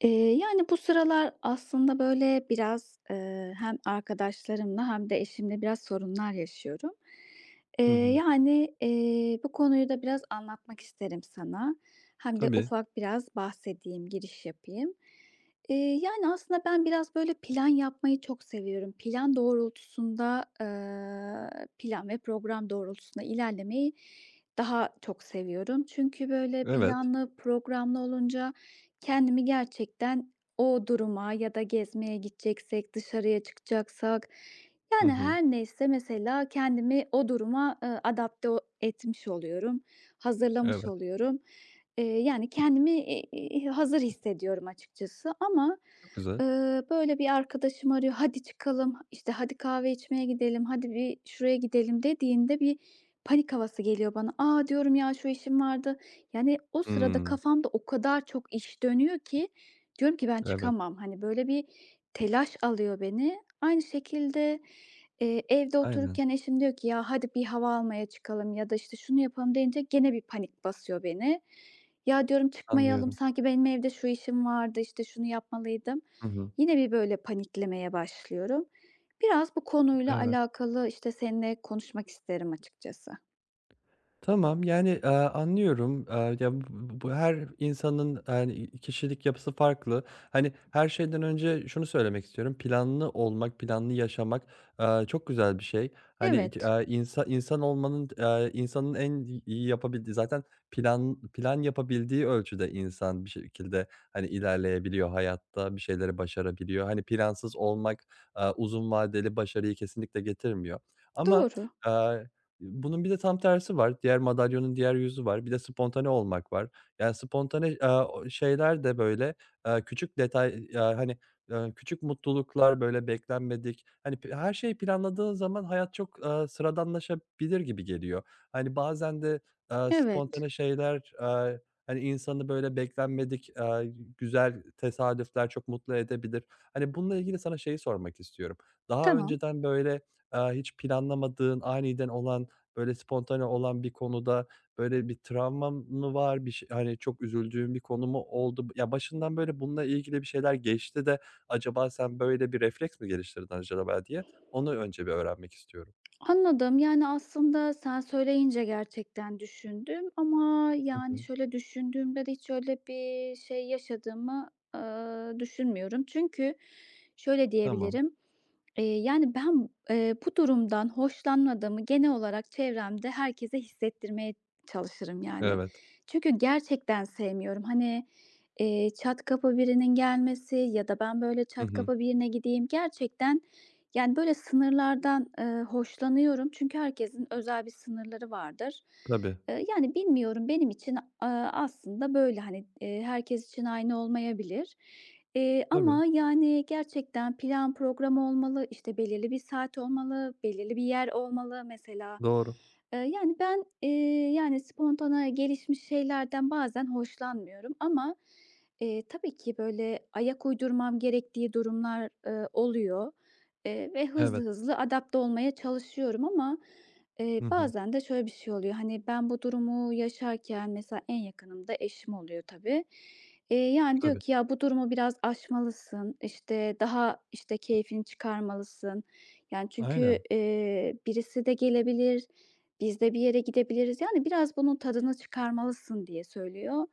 Bu sıralar aslında, böyle, biraz, hem arkadaşlarımla hem de eşimle biraz sorunlar yaşıyorum. Eee, Hı hı. Bu konuyu da biraz anlatmak isterim sana. Hem de Tabii. ufak biraz bahsedeyim, giriş yapayım. Eee, Aslında ben biraz, böyle, plan yapmayı çok seviyorum. Plan doğrultusunda, plan ve program doğrultusunda ilerlemeyi daha çok seviyorum. Çünkü, böyle, Evet. planlı, programlı olunca kendimi gerçekten o duruma ya da gezmeye gideceksek, dışarıya çıkacaksak, Hı yani, hı. her neyse mesela kendimi o duruma, adapte o etmiş oluyorum, hazırlamış Evet. oluyorum. Kendimi, hazır hissediyorum açıkçası ama, Çok güzel. Böyle, bir arkadaşım arıyor, "Hadi çıkalım, işte, hadi kahve içmeye gidelim, hadi bir şuraya gidelim." dediğinde bir panik havası geliyor bana. "A!" diyorum, "Ya, şu işim vardı, yani, o sırada Hımm. kafamda o kadar çok iş dönüyor ki diyorum ki ben Evet. çıkamam. Hani, böyle bir telaş alıyor beni. Aynı şekilde, evde Aynen. otururken eşim diyor ki, "Ya, hadi bir hava almaya çıkalım." ya da, işte, "Şunu yapalım." deyince gene bir panik basıyor beni. "Ya," diyorum, "çıkmayalım. Anlıyorum. Sanki benim evde şu işim vardı, işte, şunu yapmalıydım." Hı hı. Yine bir böyle paniklemeye başlıyorum. Biraz bu konuyla Evet. alakalı, işte, seninle konuşmak isterim açıkçası. Tamam, yani, anlıyorum. Bu her insanın, yani kişilik yapısı farklı. Hani, her şeyden önce şunu söylemek istiyorum, planlı olmak, planlı yaşamak, çok güzel bir şey. Hani, c Evet, insan olmanın, insanın en iyi yapabildiği zaten plan yapabildiği ölçüde insan bir şekilde, hani, ilerleyebiliyor hayatta, bir şeyleri başarabiliyor. Hani, plansız olmak, uzun vadeli başarıyı kesinlikle getirmiyor ama, doğru. eee bunun bir de tam tersi var. Diğer madalyonun diğer yüzü var. Bir de spontane olmak var. Yani spontane, o şeyler de böyle, küçük detay, hani, küçük mutluluklar, böyle beklenmedik. Hani, her şeyi planladığın zaman hayat çok, sıradanlaşabilir gibi geliyor. Hani, bazen de, Evet. spontane şeyler, hani, insanı böyle beklenmedik, güzel tesadüfler çok mutlu edebilir. Hani, bununla ilgili sana şeyi sormak istiyorum. Daha Tamam. önceden böyle, hiç planlamadığın, aniden olan, böyle spontane olan bir konuda böyle bir travman mı var? Bir şey, hani, çok üzüldüğüm bir konu mu oldu? Ya, başından böyle bununla ilgili bir şeyler geçti de acaba sen böyle bir refleks mi geliştirdin acaba diye onu önce bir öğrenmek istiyorum. Anladım. Yani, aslında sen söyleyince gerçekten düşündüm ama, Hı yani, hı. şöyle düşündüğümde de hiç öyle bir şey yaşadığımı, düşünmüyorum. Çünkü şöyle Tamam. diyebilirim, ben, bu durumdan hoşlanmadığımı genel olarak çevremde herkese hissettirmeye çalışırım, yani. Evet. Çünkü gerçekten sevmiyorum. Hani, çat kapı birinin gelmesi ya da ben, böyle, Hı çat hı. kapı birine gideyim gerçekten yani, böyle sınırlardan, hoşlanıyorum çünkü herkesin özel bir sınırları vardır. Tabii, Bilmiyorum, benim için, aslında böyle, hani, herkes için aynı olmayabilir. Tabii. Ama, yani, gerçekten plan program olmalı, işte, belirli bir saat olmalı, belirli bir yer olmalı mesela. Doğru. Ben, spontane gelişmiş şeylerden bazen hoşlanmıyorum ama, tabii ki böyle ayak uydurmam gerektiği durumlar, oluyor. Ve hızlı Evet. hızlı adapte olmaya çalışıyorum ama, Hı hı. bazen de şöyle bir şey oluyor, hani, ben bu durumu yaşarken mesela en yakınım da eşim oluyor tabii. Diyor Tabii. ki, "Ya, bu durumu biraz aşmalısın, işte, daha, işte, keyfini çıkarmalısın." Yani, çünkü, Aynen. Birisi de gelebilir, biz de bir yere gidebiliriz. Yani, "Biraz bunun tadını çıkarmalısın." diye söylüyor.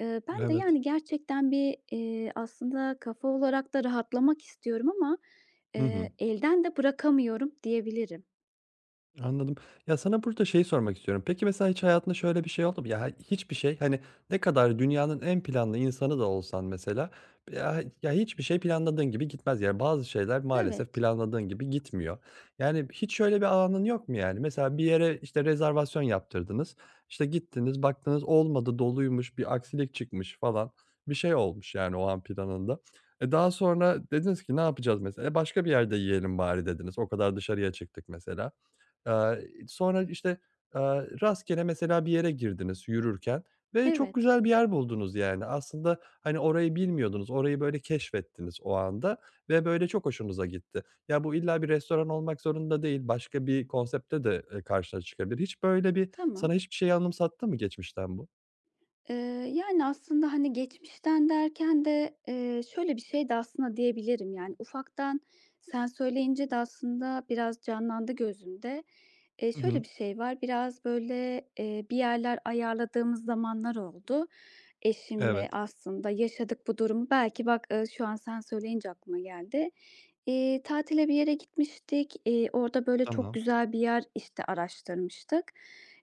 Ben de, Evet. yani, gerçekten bir, aslında kafa olarak da rahatlamak istiyorum ama Hı hı. Elden de bırakamıyorum diyebilirim. Anladım. Ya, sana burada şey sormak istiyorum. Peki, mesela hiç hayatında şöyle bir şey oldu mu? Ya, hiçbir şey, hani, ne kadar dünyanın en planlı insanı da olsan mesela, ya, hiçbir şey planladığın gibi gitmez. Yani, bazı şeyler maalesef Evet, planladığın gibi gitmiyor. Yani, hiç şöyle bir anın yok mu yani? Mesela bir yere, işte, rezervasyon yaptırdınız, işte, gittiniz, baktınız olmadı, doluymuş, bir aksilik çıkmış falan, bir şey olmuş yani o an planında. E, daha sonra dediniz ki, "Ne yapacağız?" mesela. "E, başka bir yerde yiyelim bari." dediniz. O kadar dışarıya çıktık mesela. Aaa, sonra, işte, rastgele mesela bir yere girdiniz yürürken ve çok evet. güzel bir yer buldunuz yani. Aslında, hani, orayı bilmiyordunuz, orayı, böyle, keşfettiniz o anda ve, böyle, çok hoşunuza gitti. Ya, bu illa bir restoran olmak zorunda değil, başka bir konsepte de, karşına çıkabilir. Hiç böyle bir Tamam. sana hiçbir şeyi anımsattı mı geçmişten bu? Eee, aslında, hani, geçmişten derken de, şöyle bir şey de aslında diyebilirim, yani, ufaktan sen söyleyince de aslında biraz canlandı gözümde. Hı hı. Şöyle bir şey var, biraz, böyle, bir yerler ayarladığımız zamanlar oldu eşimle Evet. aslında. Yaşadık bu durumu. Belki bak, şu an sen söyleyince aklıma geldi. Tatile bir yere gitmiştik. Orada, böyle, çok Tamam. güzel bir yer, işte, araştırmıştık.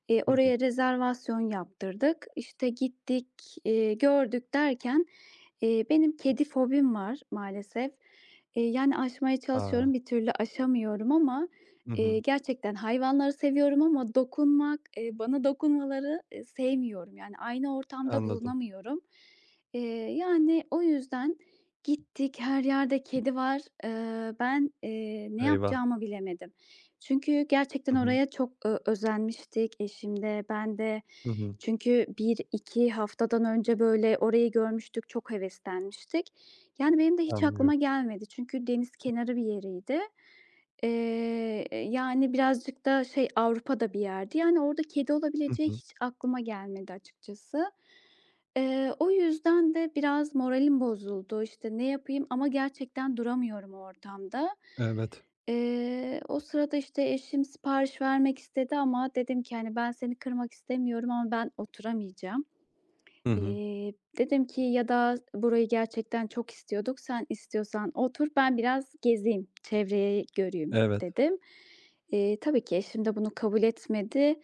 Hı hı. Oraya rezervasyon yaptırdık. İşte gittik, gördük derken, benim kedi fobim var maalesef. Yani aşmaya A! çalışıyorum, bir türlü aşamıyorum ama, Hı hı. gerçekten hayvanları seviyorum ama dokunmak, bana dokunmaları, sevmiyorum. Yani aynı ortamda Anladım. bulunamıyorum. Eee, yani o yüzden gittik, her yerde kedi var. Ben, ne Eyvah! yapacağımı bilemedim. Çünkü gerçekten Hı hı. oraya çok, özenmiştik eşim de ben de. Hı hı. Çünkü bir iki haftadan önce, böyle, orayı görmüştük, çok heveslenmiştik. Yani, benim de hiç Anlıyorum. aklıma gelmedi çünkü deniz kenarı bir yeriydi. Yani, birazcık da şey, Avrupa'da bir yerdi. Yani, orada kedi Hı olabileceği hı. hiç aklıma gelmedi açıkçası. O yüzden de biraz moralim bozuldu. İşte, ne yapayım ama gerçekten duramıyorum o ortamda. Evet. O sırada, işte, eşim sipariş vermek istedi ama dedim ki, hani, "Ben seni kırmak istemiyorum ama ben oturamayacağım." Hı hı. Dedim ki ya da burayı gerçekten çok istiyorduk, "Sen istiyorsan otur, ben biraz gezeyim, çevreyi göreyim." Evet. dedim. Tabii ki eşim de bunu kabul etmedi.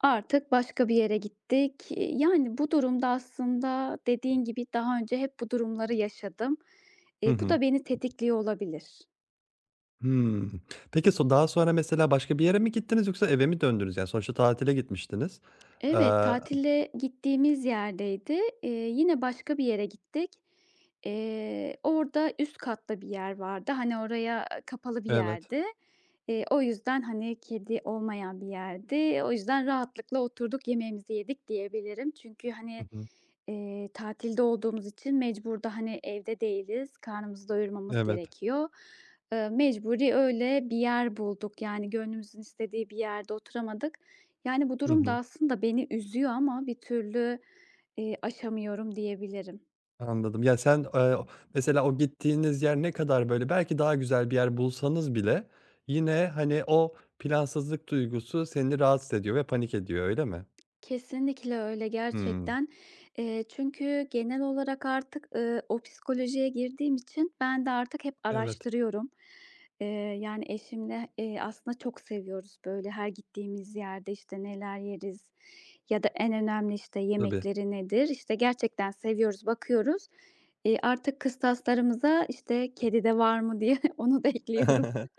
Artık başka bir yere gittik. Bu durumda aslında dediğin gibi daha önce hep bu durumları yaşadım. Hı Bu hı. da beni tetikliyor olabilir. Hımm. Peki, so daha sonra mesela başka bir yere mi gittiniz yoksa eve mi döndünüz? Yani, sonuçta tatile gitmiştiniz. Evet, Eee tatile gittiğimiz yerdeydi. Yine başka bir yere gittik. Orada üst katta bir yer vardı. Hani, oraya, kapalı bir Evet. yerdi. O yüzden, hani, kedi olmayan bir yerdi. O yüzden rahatlıkla oturduk, yemeğimizi yedik diyebilirim. Çünkü, Hı hani, hı. Tatilde olduğumuz için mecbur da, hani, evde değiliz, karnımızı doyurmamız Evet. gerekiyor. Mecburi öyle bir yer bulduk. Yani gönlümüzün istediği bir yerde oturamadık. Yani, bu Hı durum da hı. aslında beni üzüyor ama bir türlü, aşamıyorum diyebilirim. Anladım. Ya, sen, mesela o gittiğiniz yer ne kadar, böyle, belki daha güzel bir yer bulsanız bile yine, hani, o plansızlık duygusu seni rahatsız ediyor ve panik ediyor, öyle mi? Kesinlikle öyle Hımm. gerçekten. Çünkü genel olarak artık, o psikolojiye girdiğim için ben de artık hep Evet. araştırıyorum. Eee, eşimle, aslında çok seviyoruz, böyle, her gittiğimiz yerde, işte, neler yeriz ya da en önemli, işte, Tabii. yemekleri nedir? İşte, gerçekten seviyoruz, bakıyoruz. Artık kıstaslarımıza, işte, kedi de var mı diye onu da ekliyorum.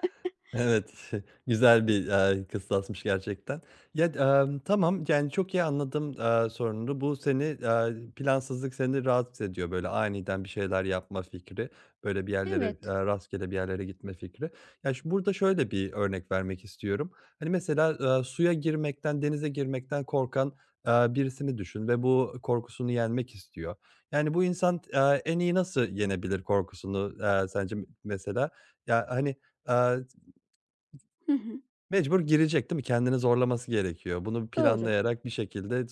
Evet, güzel bir, kıstasmış gerçekten. Ya, tamam, yani, çok iyi anladım, sorununu. Bu seni, plansızlık seni rahatsız ediyor, böyle, aniden bir şeyler yapma fikri, böyle, bir yerlere, Evet. rastgele bir yerlere gitme fikri. Ya, burada şöyle bir örnek vermek istiyorum. Hani, mesela, suya girmekten, denize girmekten korkan, birisini düşün ve bu korkusunu yenmek istiyor. Yani, bu insan, en iyi nasıl yenebilir korkusunu, sence mesela? Ya, hani, Hı hı. mecbur girecek değil mi? Kendini zorlaması gerekiyor. Bunu Doğru, planlayarak bir şekilde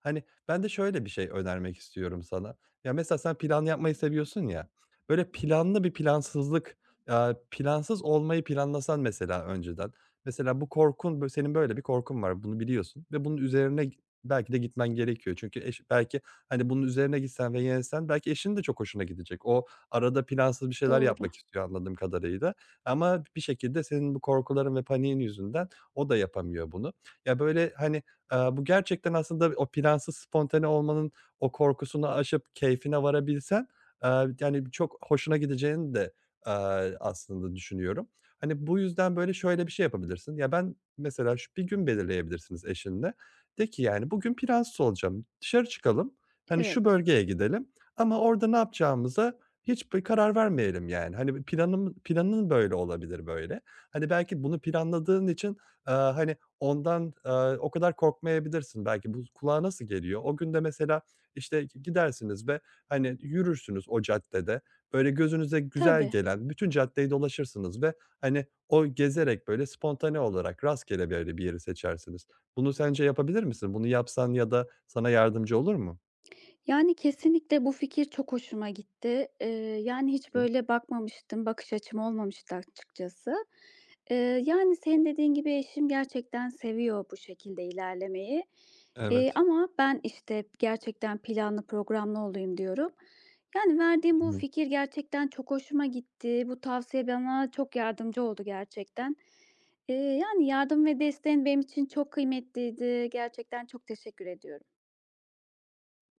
hani, ben de şöyle bir şey önermek istiyorum sana. Ya, mesela sen plan yapmayı seviyorsun ya, böyle planlı bir plansızlık, plansız olmayı planlasan mesela önceden. Mesela bu korkun, bö senin böyle bir korkun var, bunu biliyorsun ve bunun üzerine belki de gitmen gerekiyor. Çünkü belki, hani, bunun üzerine gitsen ve yensen belki eşin de çok hoşuna gidecek. O arada plansız bir şeyler doğru. yapmak istiyor anladığım kadarıyla. Ama bir şekilde senin bu korkuların ve paniğin yüzünden o da yapamıyor bunu. Ya, böyle, hani, bu gerçekten aslında o plansız spontane olmanın o korkusunu aşıp keyfine varabilsen, yani, çok hoşuna gideceğini de, aslında düşünüyorum. Hani, bu yüzden, böyle, şöyle bir şey yapabilirsin. Ya, ben mesela şu bir gün belirleyebilirsiniz eşinle. De ki, yani, "Bugün plansız olacağım. Dışarı çıkalım. Hani, şu Evet. bölgeye gidelim ama orada ne yapacağımıza hiç bir karar vermeyelim yani. Hani bir planın böyle olabilir böyle. Hani belki bunu planladığın için, hani, ondan, o kadar korkmayabilirsin. Belki bu kulağa nasıl geliyor? O gün de mesela, işte, gidersiniz ve, hani, yürürsünüz o caddede. Böyle gözünüze güzel Tabii. gelen bütün caddeyi dolaşırsınız ve, hani, o gezerek böyle spontane olarak rastgele böyle bir yeri seçersiniz. Bunu sence yapabilir misin? Bunu yapsan ya da sana yardımcı olur mu? Yani, kesinlikle bu fikir çok hoşuma gitti. Hiç Hı. böyle bakmamıştım, bakış açım olmamıştı açıkçası. Eee, senin dediğin gibi eşim gerçekten seviyor bu şekilde ilerlemeyi. Evet. Ama ben, işte, gerçekten planlı programlı olayım diyorum. Yani, verdiğim Hı bu hı. fikir gerçekten çok hoşuma gitti. Bu tavsiye bana çok yardımcı oldu gerçekten. Yardım ve desteğin benim için çok kıymetliydi. Gerçekten çok teşekkür ediyorum.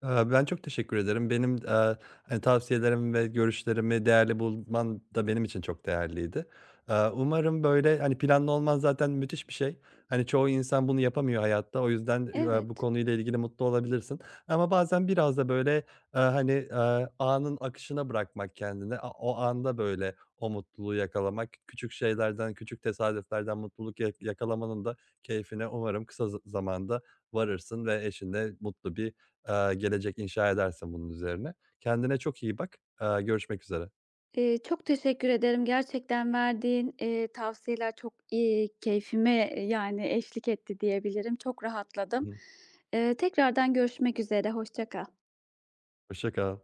Ben çok teşekkür ederim. Benim, hani, tavsiyelerimi ve görüşlerimi değerli bulman da benim için çok değerliydi. Umarım, böyle, hani, planlı olman zaten müthiş bir şey. Hani, çoğu insan bunu yapamıyor hayatta. O yüzden, bu Evet. konuyla ilgili mutlu olabilirsin. Ama bazen biraz da, böyle, hani, anın akışına bırakmak kendini, a o anda, böyle, o mutluluğu yakalamak, küçük şeylerden, küçük tesadüflerden mutluluk ya yakalamanın da keyfine umarım kısa zamanda varırsın ve eşinle mutlu bir gelecek inşa edersin bunun üzerine. Kendine çok iyi bak. Görüşmek üzere. Çok teşekkür ederim. Gerçekten verdiğin, tavsiyeler çok, keyfime, yani, eşlik etti diyebilirim. Çok Hı rahatladım. hı. Tekrardan görüşmek üzere, hoşça kal. Hoşça kal.